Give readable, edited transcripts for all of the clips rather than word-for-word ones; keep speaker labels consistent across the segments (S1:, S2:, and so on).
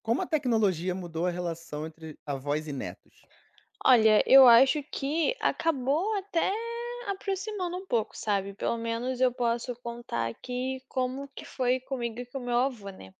S1: Como a tecnologia mudou a relação entre avós e netos?
S2: Olha, eu acho que acabou até aproximando um pouco, sabe. Pelo menos eu posso contar aqui como que foi comigo e com o meu avô, né,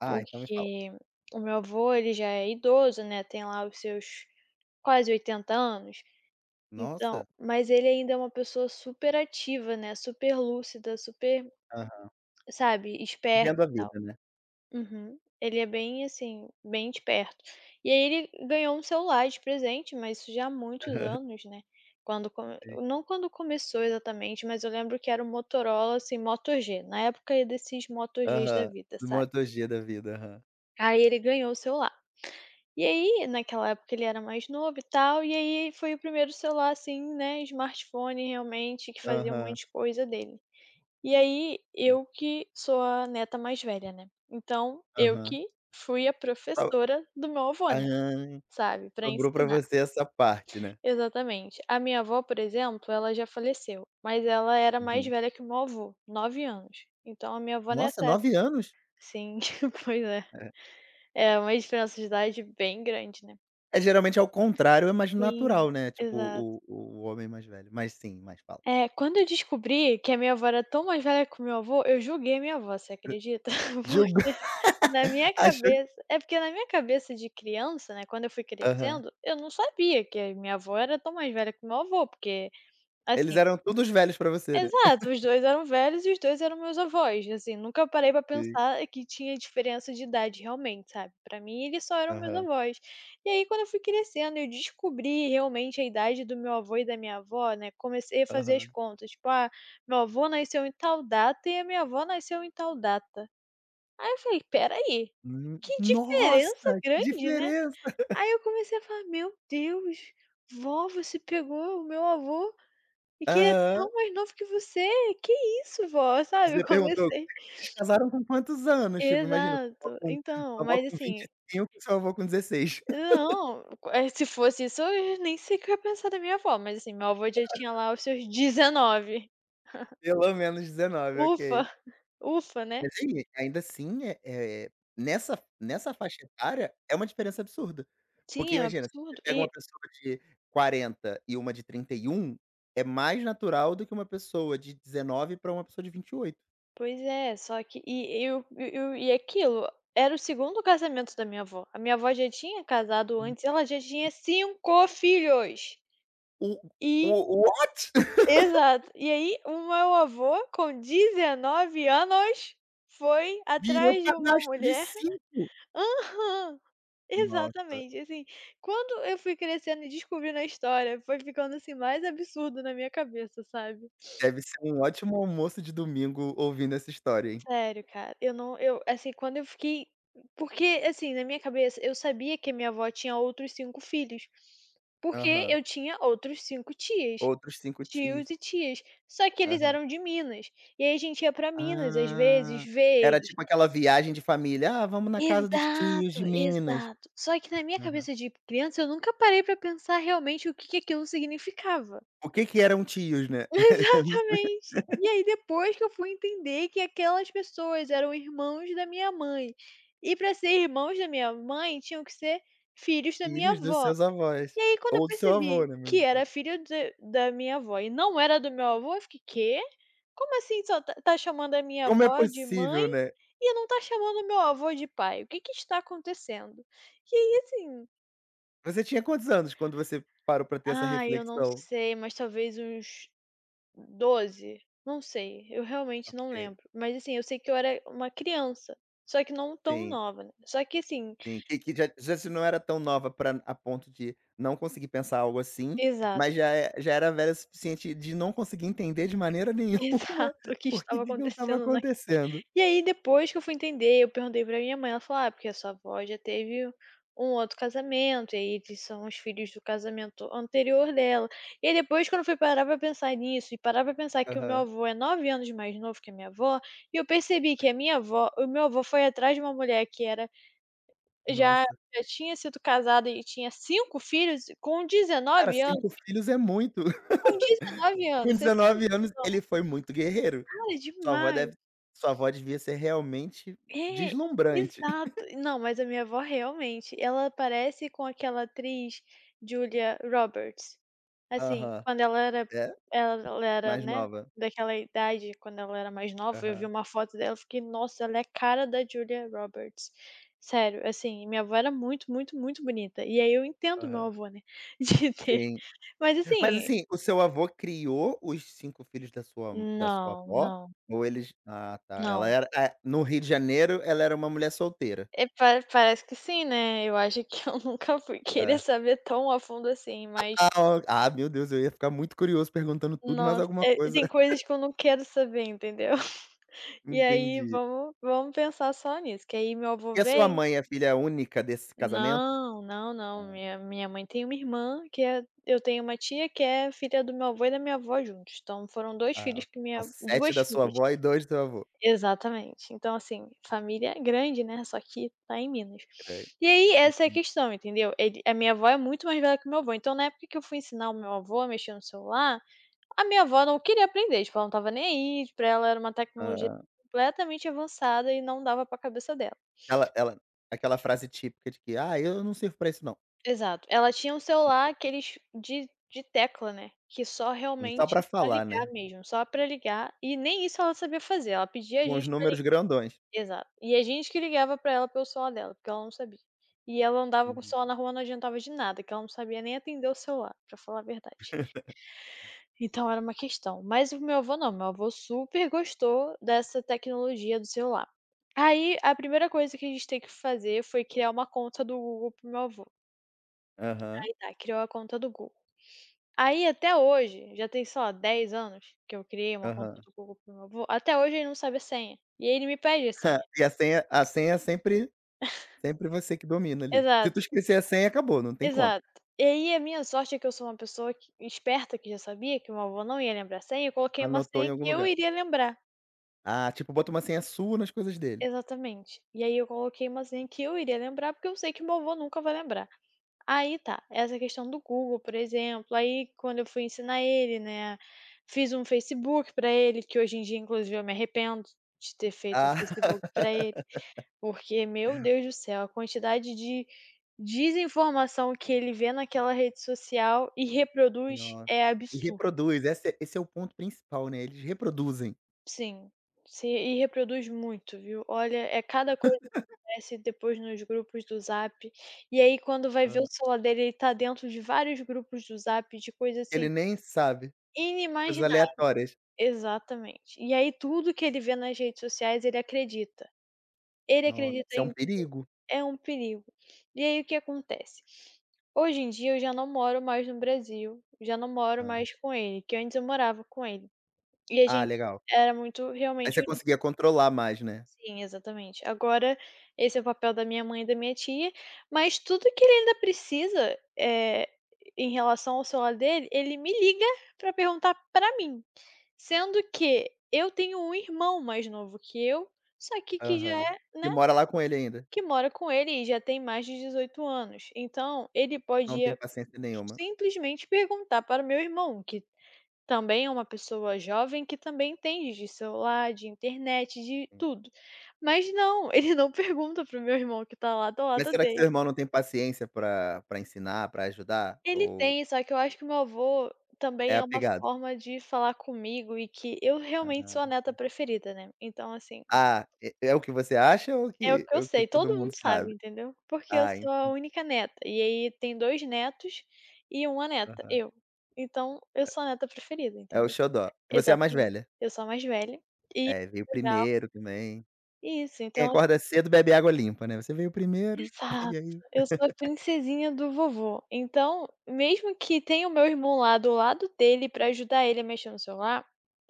S1: Ah, então me fala.
S2: porque o meu avô, ele já é idoso, né, tem lá os seus quase 80 anos. Então
S1: Nossa.
S2: mas ele ainda é uma pessoa super ativa, né, super lúcida, super,
S1: Aham.
S2: sabe, esperta
S1: Vivendo a
S2: e tal.
S1: vida, né.
S2: Uhum. Ele é bem, assim, bem de perto. E aí ele ganhou um celular de presente, mas isso já há muitos
S1: Aham,
S2: anos, né, quando come
S1: sei.
S2: não quando começou exatamente, mas eu lembro que era um Motorola, assim, Moto G, na época desses Moto Gs da
S1: Aham.
S2: vida,
S1: Do
S2: sabe.
S1: MotoG da vida. Aham.
S2: Aí ele ganhou o celular. E aí, naquela época ele era mais novo e tal, e aí foi o primeiro celular, assim, né, smartphone realmente que fazia um
S1: Aham,
S2: monte de coisa dele. E aí,
S1: sim.
S2: eu que sou a neta mais velha, né, então eu
S1: Aham.
S2: que fui a
S1: Só
S2: professora do meu avô, né,
S1: hã,
S2: sabe, pra
S1: sobrou pra
S2: ensinar.
S1: você essa parte, né.
S2: Exatamente. A minha avó, por exemplo, ela já faleceu, mas ela era mais
S1: Uhum.
S2: velha que o meu avô, 9 anos. Então a minha avó
S1: Nossa,
S2: nessa época
S1: 9 anos?
S2: sim, pois é.
S1: É.
S2: É uma diferença de idade bem grande, né.
S1: É, geralmente, ao contrário, é mais
S2: Sim,
S1: natural, né, tipo,
S2: exato.
S1: o homem mais velho. Mas sim, mas fala.
S2: É, quando eu descobri que a minha avó era tão mais velha que o meu avô, eu julguei a minha avó, você acredita?
S1: Julgou.
S2: Na minha
S1: Achou.
S2: cabeça é porque na minha cabeça de criança, né, quando eu fui
S1: Aham.
S2: crescendo, eu não sabia que a minha avó era tão mais velha que o meu avô, porque,
S1: Eles
S2: assim
S1: eram todos velhos pra você, né.
S2: exato, os 2 eram velhos e os 2 eram meus avós, assim, nunca parei pra
S1: Sim.
S2: pensar que tinha diferença de idade realmente, sabe. Pra mim eles só eram meus
S1: Aham,
S2: avós. E aí quando eu fui crescendo eu descobri realmente a idade do meu avô e da minha avó, né, comecei a fazer as
S1: aham.
S2: contas, tipo: "Ah, meu avô nasceu em tal data e a minha avó nasceu em tal data". Aí eu falei: "Espera aí,
S1: Hum,
S2: que
S1: nossa,
S2: diferença
S1: que
S2: grande, né".
S1: diferença!
S2: Aí eu comecei a falar: "Meu Deus, vó, você pegou o meu avô e que ele é
S1: Aham.
S2: tão mais novo que você, que isso vó", sabe, eu
S1: Você perguntou:
S2: comecei
S1: Vocês casaram com quantos anos? Tipo, imagina, sua avó
S2: exato,
S1: com
S2: então, mas assim,
S1: 25 e cinco e seu avô com 16.
S2: não, se fosse isso eu nem sei o que eu ia pensar da minha avó, mas assim, meu avô já tinha lá os seus 19.
S1: Pelo menos 19,
S2: Ufa,
S1: ok.
S2: ufa, né.
S1: Mas aí, ainda assim, nessa faixa etária, é uma diferença absurda.
S2: Sim,
S1: Porque
S2: é um
S1: imagina, se você
S2: absurdo.
S1: pega uma
S2: E
S1: pessoa de 40 e uma de 31 é mais natural do que uma pessoa de 19 pra uma pessoa de 28.
S2: pois é, só que e eu e aquilo, era o segundo casamento da minha avó. A minha avó já tinha casado antes, ela já tinha 5 filhos.
S1: O o
S2: E
S1: o what?
S2: exato. E aí o meu avô com 19 anos foi
S1: Virou
S2: atrás de uma
S1: padrasto de
S2: mulher.
S1: 5.
S2: Aham,
S1: Nossa,
S2: exatamente, assim, quando eu fui crescendo e descobrindo a história, foi ficando, assim, mais absurdo na minha cabeça, sabe.
S1: deve ser um ótimo almoço de domingo ouvindo essa história, hein.
S2: Sério, cara, eu não eu assim, quando eu fiquei porque, assim, na minha cabeça, eu sabia que a minha avó tinha outros 5 filhos, porque
S1: Aham.
S2: eu tinha outros 5 tias,
S1: Outros 5 tios.
S2: tios e tias, só que eles
S1: Aham.
S2: eram de Minas, e aí a gente ia pra Minas, às vezes,
S1: Ah,
S2: ver
S1: era
S2: eles.
S1: tipo aquela viagem de família: "Ah, vamos na casa dos tios
S2: Exato,
S1: de Minas".
S2: exato. Só que na minha
S1: Aham.
S2: cabeça de criança, eu nunca parei pra pensar realmente o que que aquilo significava.
S1: O que que eram tios, né?
S2: Exatamente. E aí depois que eu fui entender que aquelas pessoas eram irmãos da minha mãe. E para ser irmãos da minha mãe, tinham que ser filhos da minha
S1: Filhos dos
S2: avó.
S1: seus
S2: E
S1: avós,
S2: aí quando eu
S1: ou do seu avô,
S2: percebi
S1: né, mas
S2: que
S1: no caso.
S2: era filho de da minha avó e não era do meu avô, eu fiquei: "Quê? Como assim só tá chamando a minha
S1: Como é
S2: avó de mãe
S1: possível, né?
S2: e não tá chamando o meu avô de pai? O que que está acontecendo?" E aí assim,
S1: Você tinha quantos anos quando você parou pra ter essa
S2: ai, eu não
S1: reflexão?
S2: sei, mas talvez uns 12. Não sei, eu realmente não
S1: É.
S2: lembro, mas, assim, eu sei que eu era uma criança, só que não tão
S1: Sim.
S2: nova, né. Só que, assim
S1: Sim, que já se não era tão nova pra a ponto de não conseguir pensar algo assim,
S2: exato,
S1: mas já era velha o suficiente de não conseguir entender de maneira nenhuma
S2: exato, o que
S1: por que
S2: estava
S1: que aquilo estava
S2: acontecendo na
S1: acontecendo.
S2: e aí depois que eu fui entender, eu perguntei pra minha mãe, ela falou: "Ah, porque a sua avó já teve um outro casamento, e aí eles são os filhos do casamento anterior dela". E aí depois quando eu fui parar pra pensar nisso e parar pra pensar que o meu
S1: Aham.
S2: avô é 9 anos mais novo que a minha avó, e eu percebi que a minha avó o meu avô foi atrás de uma mulher que era já
S1: Nossa.
S2: já tinha sido casada e tinha 5 filhos com
S1: Cara,
S2: 19 anos.
S1: 5 filhos é muito.
S2: Com 19
S1: Com
S2: anos, você tem
S1: 19 anos, ele foi muito guerreiro.
S2: idade
S1: Sua avó
S2: demais.
S1: deve sua avó devia ser realmente
S2: É,
S1: deslumbrante.
S2: exato. Não, mas a minha avó realmente, ela parece com aquela atriz Julia Roberts. Assim,
S1: Aham.
S2: quando
S1: É,
S2: ela era,
S1: mais
S2: né,
S1: nova.
S2: daquela idade, quando ela era mais nova, eu vi
S1: Aham,
S2: uma foto dela, eu fiquei: "Nossa, ela é a cara da Julia Roberts". Sério, assim, minha avó era muito, muito, muito bonita. E aí eu entendo meu
S1: aham.
S2: avô, né, de ter
S1: Sim.
S2: mas
S1: Mas
S2: assim,
S1: assim, o seu avô criou os 5 filhos da sua
S2: não,
S1: avó,
S2: não,
S1: ou eles ah, tá, ela
S2: não.
S1: era é, no Rio de Janeiro ela era uma mulher solteira.
S2: É, pa parece que sim, né. Eu acho que eu nunca fui querer
S1: Hã.
S2: saber tão a fundo assim, mas,
S1: Ah, ó, ah, meu Deus, eu ia ficar muito curioso perguntando tudo e mais
S2: nossa,
S1: alguma coisa.
S2: tem coisas que eu não quero saber, entendeu. E aí
S1: Entendi.
S2: vamos pensar só nisso, que aí meu avô
S1: E a sua
S2: veio
S1: mãe é filha única desse casamento?
S2: não, não, não, minha mãe tem uma irmã que é eu tenho uma tia que é filha do meu avô e da minha avó juntos, então foram dois
S1: Ah,
S2: filhos
S1: ok.
S2: que
S1: São
S2: minha
S1: 7
S2: 2
S1: da sua
S2: filhas.
S1: avó e dois do seu avô.
S2: Exatamente. Então, assim, família é grande, né, só que tá em Minas.
S1: Credo.
S2: E aí, essa é a questão, entendeu? Ele a minha avó é muito mais velha que o meu avô, então na época que eu fui ensinar o meu avô a mexer no celular, a minha avó não queria aprender, tipo, ela não tava nem aí, tipo, pra ela era uma tecnologia
S1: Aham.
S2: completamente avançada e não dava pra cabeça dela.
S1: Ela ela aquela frase típica de que: "Ah, eu não sirvo pra isso não".
S2: Exato. Ela tinha um celular aqueles de tecla, né, que só
S1: Sim, só
S2: realmente
S1: pra
S2: só
S1: falar,
S2: ligar
S1: né,
S2: mesmo, só pra ligar, e nem isso ela sabia fazer, ela pedia a
S1: com os
S2: gente
S1: números grandões.
S2: exato. E a gente que ligava pra ela pelo celular dela, porque ela não sabia. E ela andava com o
S1: Uhum.
S2: celular na rua, não adiantava de nada, que ela não sabia nem atender o celular, pra falar a verdade. Então era uma questão. Mas o meu avô não, meu avô super gostou dessa tecnologia do celular. Aí, a primeira coisa que a gente tem que fazer foi criar uma conta do Google para o meu avô.
S1: Aham,
S2: Aí tá, criou a conta do Google. Aí até hoje, já tem, sei lá, 10 anos que eu criei uma conta
S1: aham.
S2: do Google para o meu avô, até hoje ele não sabe a senha. E aí ele me pede a senha.
S1: E a senha é sempre você que domina ali. Se tu
S2: Exato.
S1: esquecer a senha, acabou, não tem conta.
S2: Exato. E aí a minha sorte é que eu sou uma pessoa que esperta, que já sabia que meu avô não ia lembrar a senha, eu coloquei uma
S1: Anotou
S2: senha
S1: em algum
S2: que eu
S1: lugar.
S2: iria lembrar.
S1: Ah, tipo, bota uma senha sua nas coisas dele.
S2: Exatamente. E aí eu coloquei uma senha que eu iria lembrar, porque eu sei que meu avô nunca vai lembrar. Aí tá, essa questão do Google, por exemplo, aí quando eu fui ensinar ele, né, fiz um Facebook pra ele, que hoje em dia inclusive eu me arrependo de ter feito um
S1: Ah,
S2: Facebook pra ele. Porque, meu Deus do céu, a quantidade de desinformação que ele vê naquela rede social e reproduz
S1: nossa.
S2: é
S1: E
S2: absurdo.
S1: reproduz, esse é o ponto principal, né, eles reproduzem.
S2: Sim, se e reproduz muito, viu. Olha, é cada coisa que acontece depois nos grupos do Zap, e aí quando vai ver o
S1: Aham.
S2: celular dele, ele tá dentro de vários grupos do Zap de coisa, assim,
S1: Ele nem sabe, coisas
S2: inimaginável.
S1: aleatórias.
S2: Exatamente. E aí tudo que ele vê nas redes sociais, ele acredita. Ele
S1: Nossa,
S2: acredita
S1: isso é um
S2: em
S1: perigo.
S2: é um perigo. E aí o que acontece? Hoje em dia eu já não moro mais no Brasil, já não moro
S1: Hã.
S2: mais com ele, que antes eu morava com ele. E a
S1: Ah,
S2: gente
S1: legal.
S2: era muito
S1: Aí
S2: realmente
S1: você
S2: unido.
S1: conseguia controlar mais, né.
S2: Sim, exatamente. Agora esse é o papel da minha mãe e da minha tia, mas tudo que ele ainda precisa, em relação ao celular dele, ele me liga pra perguntar pra mim, sendo que eu tenho um irmão mais novo que eu, só que já
S1: Aham.
S2: é,
S1: Que
S2: né,
S1: mora lá com ele ainda,
S2: que mora com ele e já tem mais de 18 anos. Então, ele
S1: não tem
S2: podia
S1: paciência nenhuma.
S2: simplesmente perguntar para o meu irmão, que também é uma pessoa jovem, que também entende de celular, de internet, de
S1: Sim.
S2: tudo. Mas não, ele não pergunta para o meu irmão que está lá do
S1: Mas
S2: lado
S1: será que
S2: dele.
S1: seu irmão não tem paciência pra ensinar, pra ajudar?
S2: Ele
S1: Ou.
S2: tem, só que eu acho que meu avô também
S1: É
S2: é uma
S1: apegado.
S2: forma de falar comigo e que eu realmente sou a
S1: Ah.
S2: neta preferida, né. Então assim
S1: Ah, é o que você acha ou o
S2: é o
S1: que
S2: que eu
S1: é o que
S2: sei,
S1: todo
S2: todo
S1: mundo
S2: mundo sabe,
S1: sabe?
S2: entendeu. Porque eu
S1: Ah,
S2: sou a
S1: entendi.
S2: única neta, e aí tem 2 netos e uma neta,
S1: Aham.
S2: eu. Então, eu sou a neta preferida,
S1: É o
S2: entendeu.
S1: xodó. Você é a mais
S2: Exatamente.
S1: velha?
S2: Eu sou a mais velha e
S1: É, veio primeiro também.
S2: é isso,
S1: Quem
S2: então
S1: acorda cedo bebe água limpa, né. Você veio primeiro,
S2: exato.
S1: e aí
S2: Eu sou a princesinha do vovô. Então, mesmo que tenha o meu irmão lá do lado dele pra ajudar ele a mexer no celular,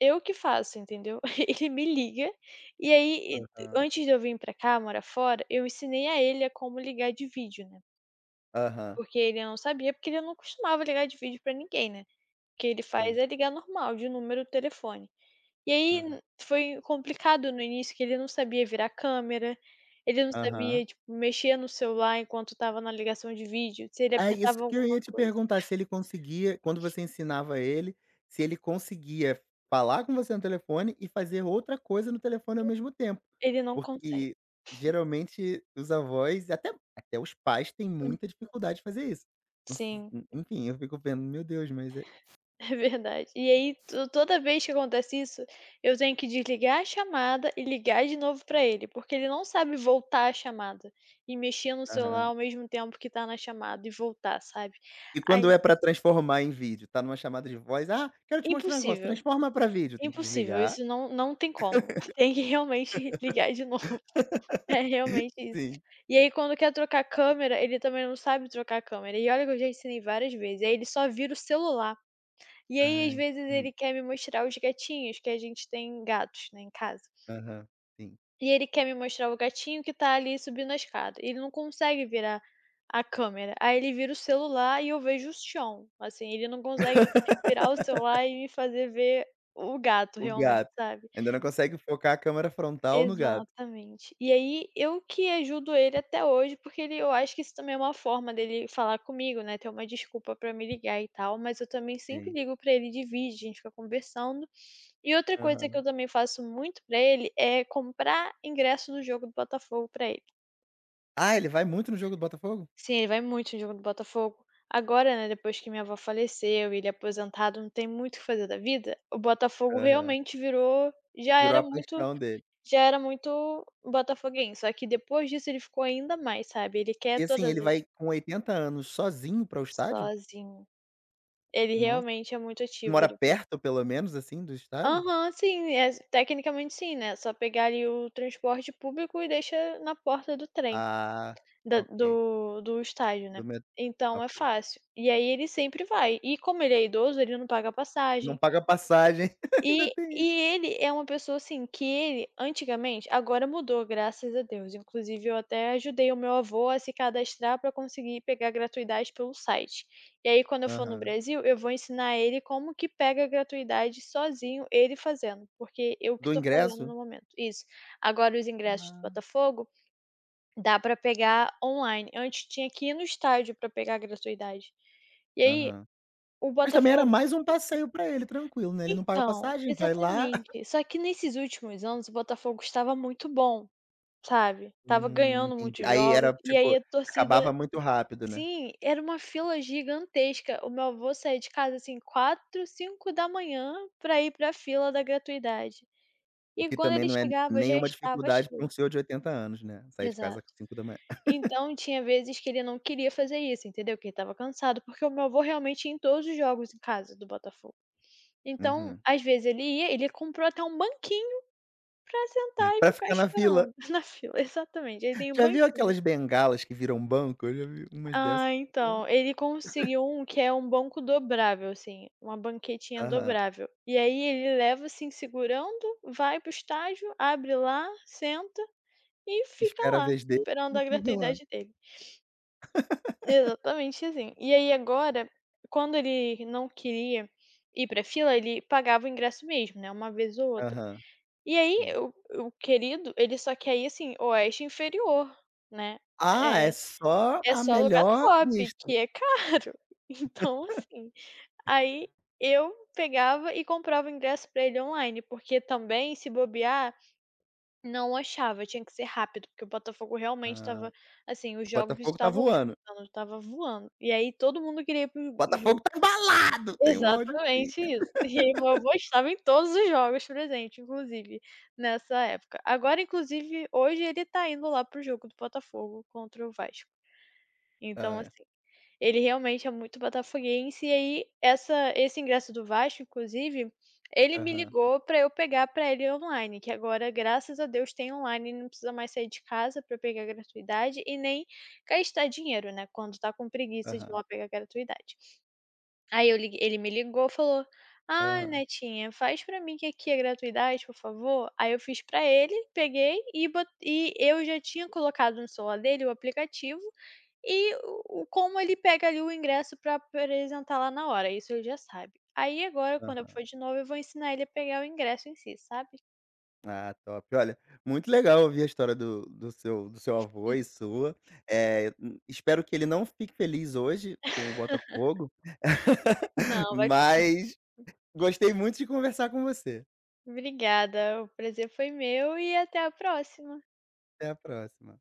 S2: eu que faço, entendeu. Ele me liga, e
S1: aham.
S2: antes de eu vir pra cá, morar fora, eu ensinei a ele a como ligar de vídeo, né.
S1: Aham,
S2: Porque ele não sabia, porque ele não costumava ligar de vídeo pra ninguém, né. O que ele faz
S1: sim.
S2: é ligar normal, de número do telefone. E aí
S1: Aham.
S2: n foi complicado no início, que ele não sabia virar câmera, ele não sabia,
S1: Aham.
S2: tipo, mexer no celular enquanto estava na ligação de vídeo, se ele
S1: É isso
S2: apertava
S1: que eu
S2: alguma
S1: ia te
S2: coisa.
S1: perguntar, se ele conseguia quando você ensinava ele, se ele conseguia falar com você no telefone e fazer outra coisa no telefone ao mesmo tempo.
S2: Ele não consegue.
S1: Porque geralmente os avós, até os pais têm
S2: Hum,
S1: muita dificuldade de fazer isso. Não s
S2: sim.
S1: enfim, eu fico vendo: "Meu Deus, mas é".
S2: É verdade. E aí to toda vez que acontece isso, eu tenho que desligar a chamada e ligar de novo pra ele, porque ele não sabe voltar a chamada e mexer no celular
S1: Aham.
S2: ao mesmo tempo que tá na chamada e voltar, sabe.
S1: E quando
S2: Aí
S1: é pra transformar em vídeo, tá numa chamada de voz: "Ah, quero te mostrar um negócio,
S2: impossível,
S1: transforma pra vídeo", tem que
S2: impossível,
S1: desligar.
S2: isso não, não tem como. Tem que realmente ligar de novo. É realmente isso.
S1: Sim.
S2: E aí quando quer trocar câmera, ele também não sabe trocar câmera. E olha que eu já ensinei várias vezes, aí ele só vira o celular. E aí, às
S1: Ai,
S2: vezes,
S1: hum.
S2: ele quer me mostrar os gatinhos, que a gente tem gatos, né, em casa.
S1: Aham, sim.
S2: E ele quer me mostrar o gatinho que tá ali subindo a escada. Ele não consegue virar a câmera. Aí ele vira o celular e eu vejo o chão. Assim, ele não consegue virar o celular e me fazer ver o gato
S1: O
S2: realmente,
S1: gato.
S2: sabe?
S1: Ainda não consegue focar a câmera frontal no gato.
S2: Exatamente. E aí eu que ajudo ele até hoje, porque ele eu acho que isso também é uma forma dele falar comigo, né, ter uma desculpa pra me ligar e tal, mas eu também sempre
S1: Sim.
S2: ligo pra ele de vídeo, a gente fica conversando. E outra coisa que eu
S1: Aham.
S2: também faço muito pra ele é comprar ingresso do jogo do Botafogo pra ele.
S1: Ah, ele vai muito no jogo do Botafogo?
S2: Sim, ele vai muito no jogo do Botafogo. Agora, né, depois que minha avó faleceu e ele é aposentado, não tem muito o que fazer da vida, o Botafogo
S1: Aham.
S2: realmente virou. Já
S1: Virou
S2: era
S1: a
S2: muito,
S1: paixão dele.
S2: já era muito botafoguense, só que depois disso ele ficou ainda mais, sabe, ele
S1: E,
S2: quer
S1: assim,
S2: todas
S1: ele
S2: as
S1: vai com 80 anos sozinho para o estádio?
S2: sozinho. Ele
S1: Nossa.
S2: realmente é muito ativo,
S1: Mora
S2: ele vê.
S1: perto, pelo menos, assim, do estádio?
S2: Aham, sim, é tecnicamente sim, né. É só pegar ali o transporte público e deixa na porta do trem,
S1: Ah,
S2: da
S1: ok.
S2: do do estádio,
S1: Do
S2: né.
S1: met
S2: Então é
S1: ok.
S2: fácil. E aí ele sempre vai, e como ele é idoso, ele não paga
S1: Não
S2: passagem.
S1: paga passagem. Ainda
S2: E
S1: tem
S2: e
S1: isso.
S2: ele é uma pessoa, assim, que ele antigamente, agora mudou, graças a Deus, inclusive eu até ajudei o meu avô a se cadastrar para conseguir pegar gratuidade pelo site. E aí quando eu for no
S1: Aham.
S2: Brasil, eu vou ensinar ele como que pega a gratuidade sozinho, ele fazendo, porque eu que
S1: Do
S2: estou fazendo no
S1: ingresso?
S2: momento. Isso. Agora os ingressos do
S1: Ah.
S2: Botafogo dá para pegar online, antes tinha que ir no estádio para pegar a gratuidade. E aí,
S1: Aham.
S2: o
S1: Mas também era
S2: Botafogo,
S1: mais um passeio pra ele, tranquilo, né, ele não paga
S2: então,
S1: passagem, vai lá.
S2: exatamente. Só que nesses últimos anos o Botafogo estava muito bom, sabe, tava
S1: Hum,
S2: ganhando
S1: entendi.
S2: muitos
S1: Aí
S2: jogos,
S1: era,
S2: e aí
S1: tipo,
S2: a torcida,
S1: acabava muito rápido, né.
S2: sim, era uma fila gigantesca. O meu avô saía de casa, assim, quatro, cinco da manhã pra ir pra fila da gratuidade.
S1: O
S2: E
S1: que
S2: quando
S1: também
S2: ele
S1: não é
S2: chegava já
S1: nenhuma
S2: estava
S1: dificuldade para
S2: cheio.
S1: um senhor de 80 anos, né, sair de casa
S2: Exato.
S1: com 5h.
S2: Então tinha vezes que ele não queria fazer isso, entendeu, que ele estava cansado, porque o meu avô realmente ia em todos os jogos em casa do Botafogo. Então,
S1: Uhum.
S2: às vezes ele ia, ele comprou até um banquinho pra sentar e
S1: Pra
S2: ficar
S1: ficar na fila.
S2: esperando na fila, exatamente, aí tem o
S1: Já viu
S2: banquinho.
S1: aquelas bengalas que viram banco? Eu já vi umas dessas.
S2: Ah, então, ele conseguiu um que é um banco dobrável, assim, uma banquetinha
S1: Aham.
S2: dobrável. E aí ele leva, assim, segurando, vai para o estágio, abre lá, senta e fica
S1: Espera a
S2: lá,
S1: vez dele
S2: esperando
S1: e
S2: a
S1: fica lá.
S2: gratuidade dele. Exatamente assim. E aí agora, quando ele não queria ir pra fila, ele pagava o ingresso mesmo, né, uma vez ou outra.
S1: Aham,
S2: E aí
S1: sim.
S2: o querido, ele só quer ir, assim, oeste inferior, né.
S1: Ah,
S2: É,
S1: é só
S2: é
S1: a
S2: só lugar
S1: melhor
S2: top,
S1: vista.
S2: que é caro. Então, assim, aí eu pegava e comprava o ingresso pra ele online, porque também, se bobear, não achava, tinha que ser rápido, porque o Botafogo realmente estava,
S1: Ah,
S2: assim, os jogos
S1: Botafogo tá
S2: estavam
S1: voando.
S2: disputando, estava voando. E aí todo mundo queria ir para jogo.
S1: Botafogo tá embalado! Tem um áudio assim.
S2: Exatamente isso. E meu avô estava em todos os jogos presente, inclusive, nessa época. Agora, inclusive, hoje ele tá indo lá pro jogo do Botafogo contra o Vasco. Então,
S1: Ah, é.
S2: assim, ele realmente é muito botafoguense. E aí essa esse ingresso do Vasco, inclusive, ele me
S1: Aham,
S2: ligou pra eu pegar pra ele online, que agora, graças a Deus, tem online, não precisa mais sair de casa pra pegar gratuidade e nem gastar dinheiro, né, quando tá com preguiça de ir
S1: aham,
S2: lá pegar gratuidade. Aí eu liguei Ele me ligou, falou: "Ah,
S1: aham,
S2: netinha, faz pra mim que aqui é gratuidade, por favor". Aí eu fiz pra ele, peguei e bo e eu já tinha colocado no celular dele o aplicativo e o como ele pega ali o ingresso pra apresentar lá na hora, isso ele já sabe. Aí agora quando eu
S1: aham.
S2: for de novo eu vou ensinar ele a pegar o ingresso em si, sabe.
S1: Ah, top. Olha, muito legal ouvir a história do seu avô e sua. Espero que ele não fique feliz hoje com o Botafogo,
S2: Não, vai ficar.
S1: mas gostei muito de conversar com você.
S2: Obrigada, o prazer foi meu e até a próxima.
S1: Até a próxima.